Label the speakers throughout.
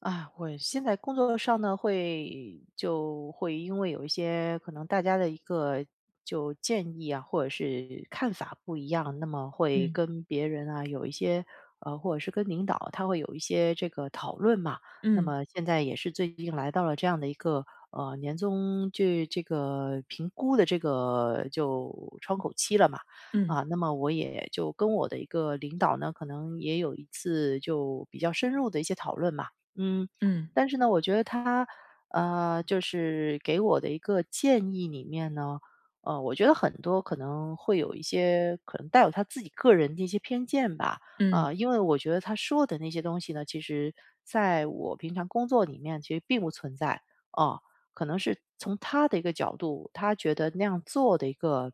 Speaker 1: 啊，我现在工作上呢，会因为有一些可能大家的一个就建议啊，或者是看法不一样，那么会
Speaker 2: 嗯，
Speaker 1: 跟别人啊有一些或者是跟领导他会有一些这个讨论嘛。那
Speaker 2: 嗯，
Speaker 1: 么现在也是最近来到了这样的一个年终这个评估的这个就窗口期了嘛。
Speaker 2: 嗯，
Speaker 1: 啊，那么我也就跟我的一个领导呢，可能也有一次就比较深入的一些讨论嘛。嗯，
Speaker 2: 嗯，
Speaker 1: 但是呢，我觉得他，就是给我的一个建议里面呢，我觉得很多可能会有一些可能带有他自己个人的一些偏见吧。
Speaker 2: 嗯，
Speaker 1: 啊，因为我觉得他说的那些东西呢，其实在我平常工作里面其实并不存在。啊，可能是从他的一个角度，他觉得那样做的一个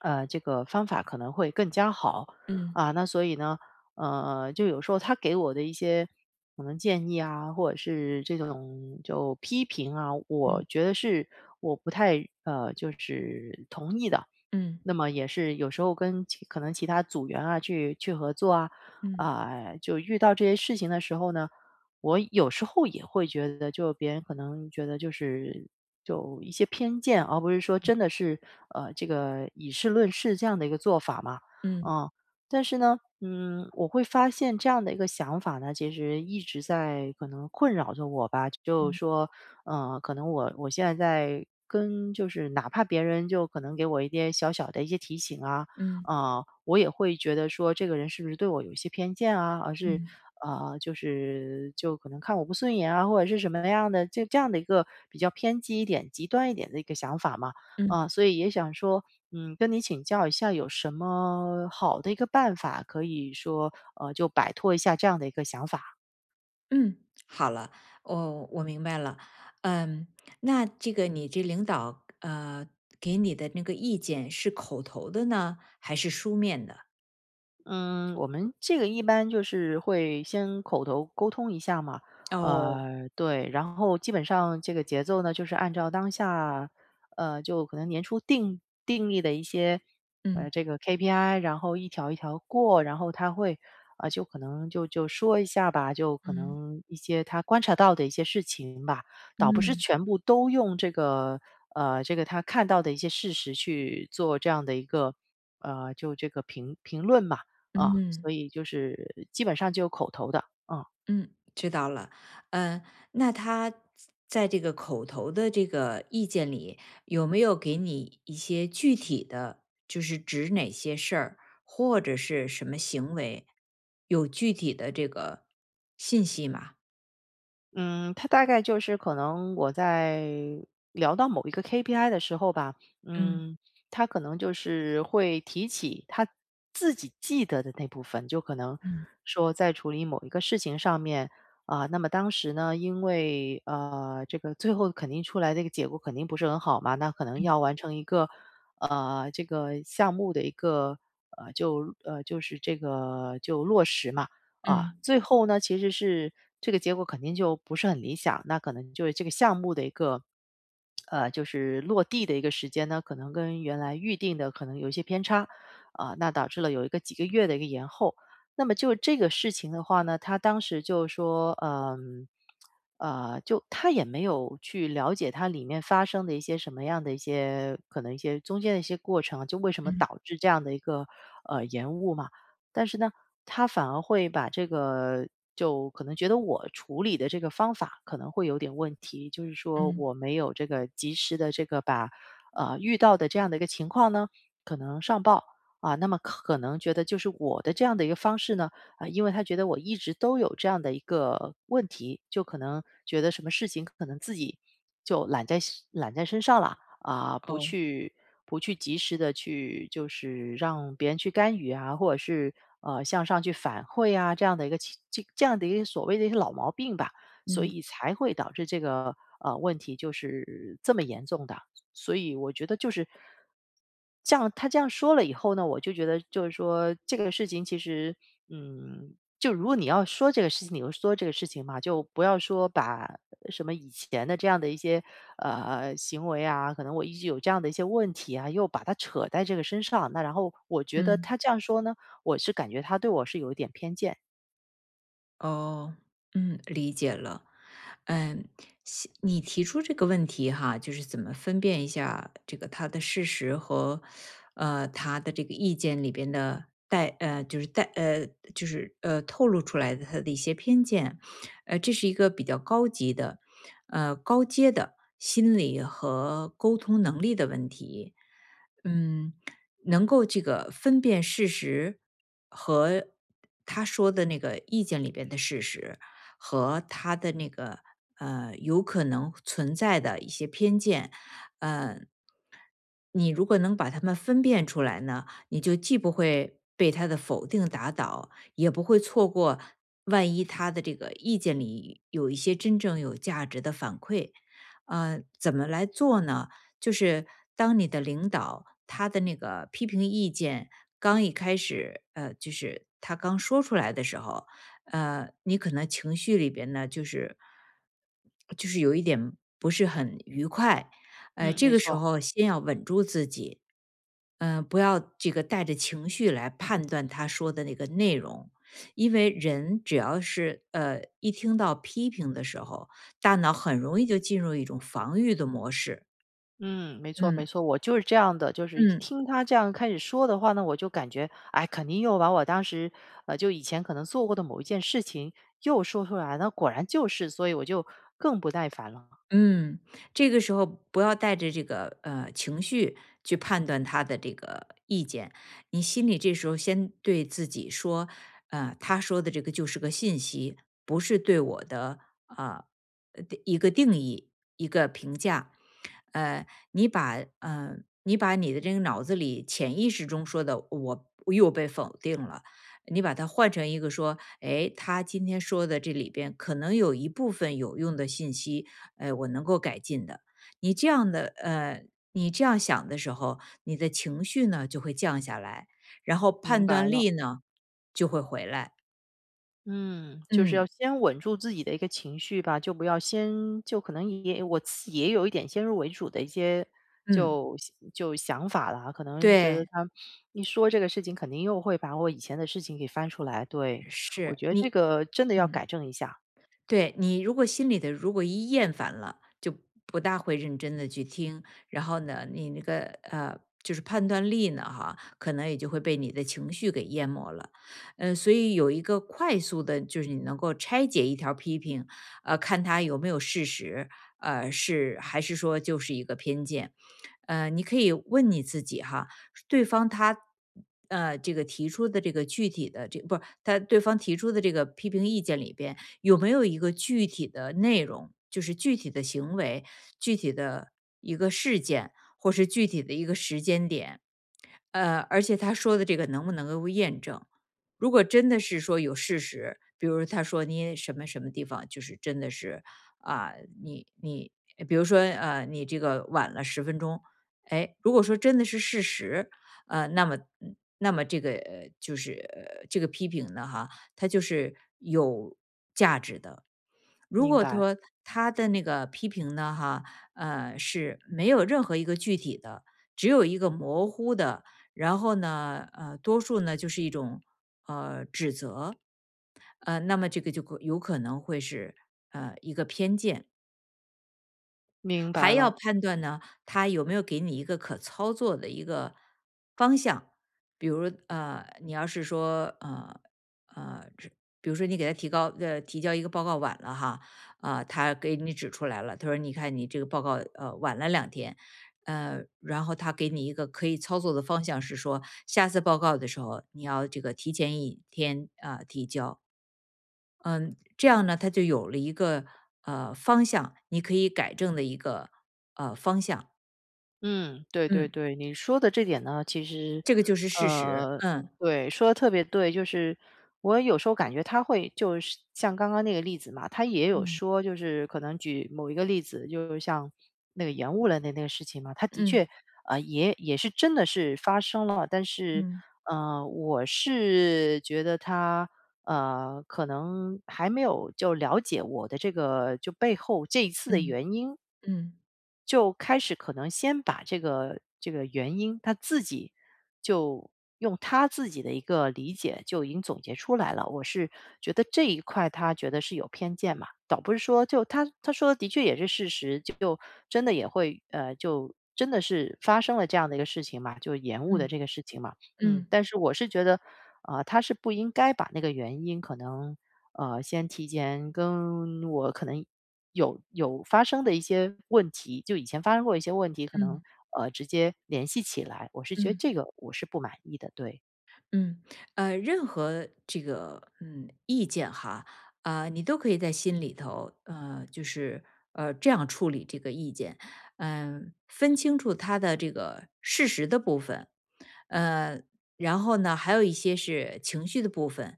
Speaker 1: 这个方法可能会更加好
Speaker 2: 嗯，
Speaker 1: 啊。那所以呢，就有时候他给我的一些可能建议啊，或者是这种就批评啊，我
Speaker 2: 嗯，
Speaker 1: 觉得是我不太就是同意的。
Speaker 2: 嗯，
Speaker 1: 那么也是有时候跟可能其他组员啊去合作啊，
Speaker 2: 嗯，
Speaker 1: 啊，就遇到这些事情的时候呢，我有时候也会觉得，就别人可能觉得就是就一些偏见，而不是说真的是这个以事论事这样的一个做法嘛。
Speaker 2: 嗯，
Speaker 1: 嗯，但是呢，嗯，我会发现这样的一个想法呢，其实一直在可能困扰着我吧，就
Speaker 2: 嗯，
Speaker 1: 说嗯，可能我现在在跟就是哪怕别人就可能给我一些小小的一些提醒啊，
Speaker 2: 嗯，
Speaker 1: 啊、我也会觉得说这个人是不是对我有一些偏见啊，而是
Speaker 2: 嗯，
Speaker 1: 就是就可能看我不顺眼啊，或者是什么样的，就这样的一个比较偏激一点、极端一点的一个想法嘛。
Speaker 2: 嗯，
Speaker 1: 啊、所以也想说，嗯，跟你请教一下，有什么好的一个办法可以说，就摆脱一下这样的一个想法？
Speaker 2: 嗯。好了，我明白了。嗯，那这个你这领导给你的那个意见是口头的呢，还是书面的？
Speaker 1: 嗯，我们这个一般就是会先口头沟通一下嘛，
Speaker 2: 哦，
Speaker 1: 对，然后基本上这个节奏呢，就是按照当下，就可能年初定立的一些，
Speaker 2: 嗯，
Speaker 1: 这个 KPI，然后一条一条过，然后他会，啊、就可能就说一下吧，就可
Speaker 2: 嗯，
Speaker 1: 能一些他观察到的一些事情吧，倒不是
Speaker 2: 嗯，
Speaker 1: 全部都用这个，这个他看到的一些事实去做这样的一个，就这个评论嘛。啊，
Speaker 2: 嗯。
Speaker 1: 所以就是基本上就有口头的，啊，
Speaker 2: 嗯，知道了。嗯，那他在这个口头的这个意见里，有没有给你一些具体的，就是指哪些事儿或者是什么行为，有具体的这个信息吗？
Speaker 1: 嗯，它大概就是可能我在聊到某一个 KPI 的时候吧。
Speaker 2: 嗯，
Speaker 1: 嗯，他可能就是会提起他自己记得的那部分，就可能
Speaker 2: 嗯，
Speaker 1: 说在处理某一个事情上面啊，那么当时呢，因为这个最后肯定出来这个结果肯定不是很好嘛，那可能
Speaker 2: 嗯，
Speaker 1: 要完成一个这个项目的一个就是这个就落实嘛。啊，
Speaker 2: 嗯，
Speaker 1: 最后呢，其实是这个结果肯定就不是很理想，那可能就是这个项目的一个，就是落地的一个时间呢，可能跟原来预定的可能有一些偏差，啊、那导致了有一个几个月的一个延后。那么就这个事情的话呢，他当时就说，嗯、就他也没有去了解它里面发生的一些什么样的一些可能一些中间的一些过程，就为什么
Speaker 2: 嗯，
Speaker 1: 导致这样的一个延误嘛。但是呢，他反而会把这个就可能觉得我处理的这个方法可能会有点问题，就是说
Speaker 2: 嗯，
Speaker 1: 我没有这个及时的这个把遇到的这样的一个情况呢，可能上报啊，那么可能觉得就是我的这样的一个方式呢，啊，因为他觉得我一直都有这样的一个问题，就可能觉得什么事情可能自己就揽在身上了，啊、不
Speaker 2: 哦，
Speaker 1: 去不去及时的去就是让别人去干预啊，或者是向上去反馈啊这样的一个这样的一个所谓的一些老毛病吧，所
Speaker 2: 嗯，
Speaker 1: 以才会导致这个问题就是这么严重的。所以我觉得就是这样，他这样说了以后呢，我就觉得就是说这个事情其实，嗯，就如果你要说这个事情，你就说这个事情嘛，就不要说把什么以前的这样的一些行为啊，可能我一直有这样的一些问题啊，又把它扯在这个身上。那然后我觉得
Speaker 2: 嗯。
Speaker 1: 他这样说呢，我是感觉他对我是有一点偏见。
Speaker 2: 哦，嗯，理解了。嗯，西你提出这个问题哈，就是怎么分辨一下这个他的事实和，他的这个意见里边的带就是带就是透露出来的他的一些偏见，这是一个比较高级的，高阶的心理和沟通能力的问题。嗯，能够这个分辨事实和他说的那个意见里边的事实，和他的那个有可能存在的一些偏见，呃，你如果能把它们分辨出来呢，你就既不会被他的否定打倒，也不会错过万一他的这个意见里有一些真正有价值的反馈。怎么来做呢？就是当你的领导他的那个批评意见刚一开始，就是他刚说出来的时候，你可能情绪里边呢，就是有一点不是很愉快，
Speaker 1: 嗯，
Speaker 2: 这
Speaker 1: 没
Speaker 2: 个时
Speaker 1: 错。
Speaker 2: 候先要稳住自己，不要这个带着情绪来判断他说的那个内容，因为人只要是一听到批评的时候，大脑很容易就进入一种防御的模式。
Speaker 1: 嗯，没错没
Speaker 2: 嗯，
Speaker 1: 错，我就是这样的，就是一
Speaker 2: 嗯，
Speaker 1: 听他这样开始说的话呢，我就感觉，哎，肯定又把我当时，就以前可能做过的某一件事情又说出来，那果然就是，所以我就更不耐烦了。
Speaker 2: 嗯。这个时候不要带着这个情绪去判断他的这个意见，你心里这时候先对自己说，他说的这个就是个信息，不是对我的呃一个定义一个评价，呃，你把呃你把你的这个脑子里潜意识中说的我又被否定了。你把它换成一个说，哎，他今天说的这里边可能有一部分有用的信息，哎，我能够改进的。你这样的呃，你这样想的时候，你的情绪呢就会降下来，然后
Speaker 1: 明
Speaker 2: 判
Speaker 1: 白
Speaker 2: 断
Speaker 1: 了，
Speaker 2: 力呢就会回来。
Speaker 1: 嗯，就是要
Speaker 2: 嗯，
Speaker 1: 先稳住自己的一个情绪吧，就不要先就可能也我自己也有一点先入为主的一些
Speaker 2: 嗯，
Speaker 1: 就就想法了，可能觉得
Speaker 2: 对，
Speaker 1: 他一说这个事情，肯定又会把我以前的事情给翻出来。对，我
Speaker 2: 是
Speaker 1: 觉得这
Speaker 2: 你，
Speaker 1: 个真的要
Speaker 2: 嗯。
Speaker 1: 改正一下。
Speaker 2: 对，你如果心里的如果一厌烦了，就不大会认真的去听，然后呢，你那个就是判断力呢，哈，可能也就会被你的情绪给淹没了。所以有一个快速的，就是你能够拆解一条批评，看它有没有事实，是还是说就是一个偏见。你可以问你自己哈，对方他这个提出的这个具体的这不是他对方提出的这个批评意见里边，有没有一个具体的内容，就是具体的行为、具体的一个事件，或是具体的一个时间点？而且他说的这个能不能够验证？如果真的是说有事实，比如他说你什么什么地方，就是真的是啊、你你，比如说，你这个晚了10分钟，哎，如果说真的是事实，那么那么这个就是这个批评呢，哈，它就是有价值的。如
Speaker 1: 明
Speaker 2: 果
Speaker 1: 白，
Speaker 2: 说他的那个批评呢，哈，是没有任何一个具体的，只有一个模糊的，然后呢，多数呢就是一种，那么这个就可有可能会是一个偏见。
Speaker 1: 明白
Speaker 2: 还要
Speaker 1: 了。
Speaker 2: 判断呢，他有没有给你一个可操作的一个方向。比如，你要是说，呃，这比如说你给他提交一个报告晚了哈，啊、他给你指出来了，他说你看你这个报告晚了2天，然后他给你一个可以操作的方向是说，下次报告的时候你要这个提前一天啊、提交，嗯，这样呢，他就有了一个方向，你可以改正的一个方向。
Speaker 1: 嗯，对对
Speaker 2: 嗯，
Speaker 1: 对，你说的这点呢，其实，
Speaker 2: 这个就是事实。
Speaker 1: 呃，对，说的特别对，就是我有时候感觉他会就是像刚刚那个例子嘛，他也有
Speaker 2: 嗯，
Speaker 1: 说，就是可能举某一个例子，就是像那个延误了的那个事情嘛，他的
Speaker 2: 嗯，
Speaker 1: 确啊、也是真的是发生了，但是
Speaker 2: 嗯，
Speaker 1: 我是觉得他可能还没有就了解我的这个就背后这一次的
Speaker 2: 嗯，
Speaker 1: 原因。
Speaker 2: 嗯，
Speaker 1: 就开始可能先把这个原因，他自己就用他自己的一个理解就已经总结出来了。我是觉得这一块他觉得是有偏见嘛，倒不是说就他说的的确也是事实，就真的也会就真的是发生了这样的一个事情嘛，就延误的
Speaker 2: 嗯，嗯，嗯，
Speaker 1: 这个事情嘛。嗯，
Speaker 2: 嗯，
Speaker 1: 但是我是觉得，啊、他是不应该把那个原因可能，先提前跟我可能有发生的一些问题，就以前发生过一些问题，可能
Speaker 2: 嗯，
Speaker 1: 直接联系起来，我是觉得
Speaker 2: 嗯。
Speaker 1: 这个我是不满意的，对。
Speaker 2: 嗯，任何这个意见哈，啊、你都可以在心里头，就是这样处理这个意见，分清楚它的这个事实的部分，呃，然后呢，还有一些是情绪的部分，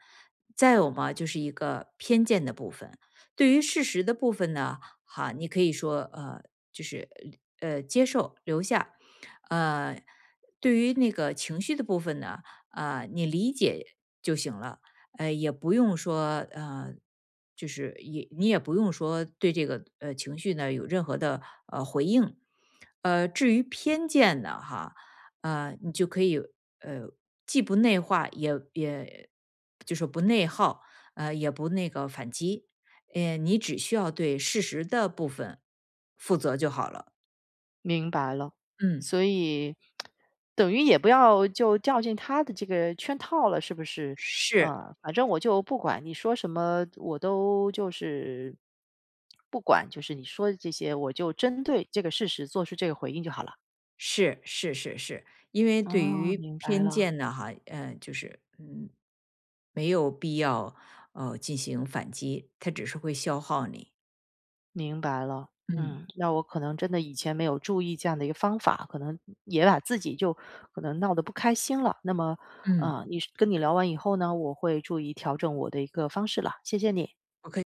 Speaker 2: 再有嘛就是一个偏见的部分。对于事实的部分呢，哈，你可以说就是接受留下，呃，对于那个情绪的部分呢。啊、你理解就行了，也不用说就是也你也不用说对这个情绪呢有任何的回应，至于偏见呢，哈，你就可以呃既不内化，也就是不内耗，也不那个反击，你只需要对事实的部分负责就好了，
Speaker 1: 明白了，
Speaker 2: 嗯，
Speaker 1: 所以等于也不要就掉进他的这个圈套了，是不是？
Speaker 2: 是。
Speaker 1: 反正我就不管你说什么，我都就是不管，就是你说的这些，我就针对这个事实做出这个回应就好了。
Speaker 2: 是是是是，因为对
Speaker 1: 哦，
Speaker 2: 于
Speaker 1: 明白
Speaker 2: 偏
Speaker 1: 了，
Speaker 2: 见呢，哈，就是没有必要进行反击，它只是会消耗你。
Speaker 1: 明白了。
Speaker 2: 嗯。
Speaker 1: 嗯，那我可能真的以前没有注意这样的一个方法，可能也把自己就可能闹得不开心了。那么，
Speaker 2: 嗯，
Speaker 1: 你跟你聊完以后呢，我会注意调整我的一个方式了。谢谢你。
Speaker 2: o k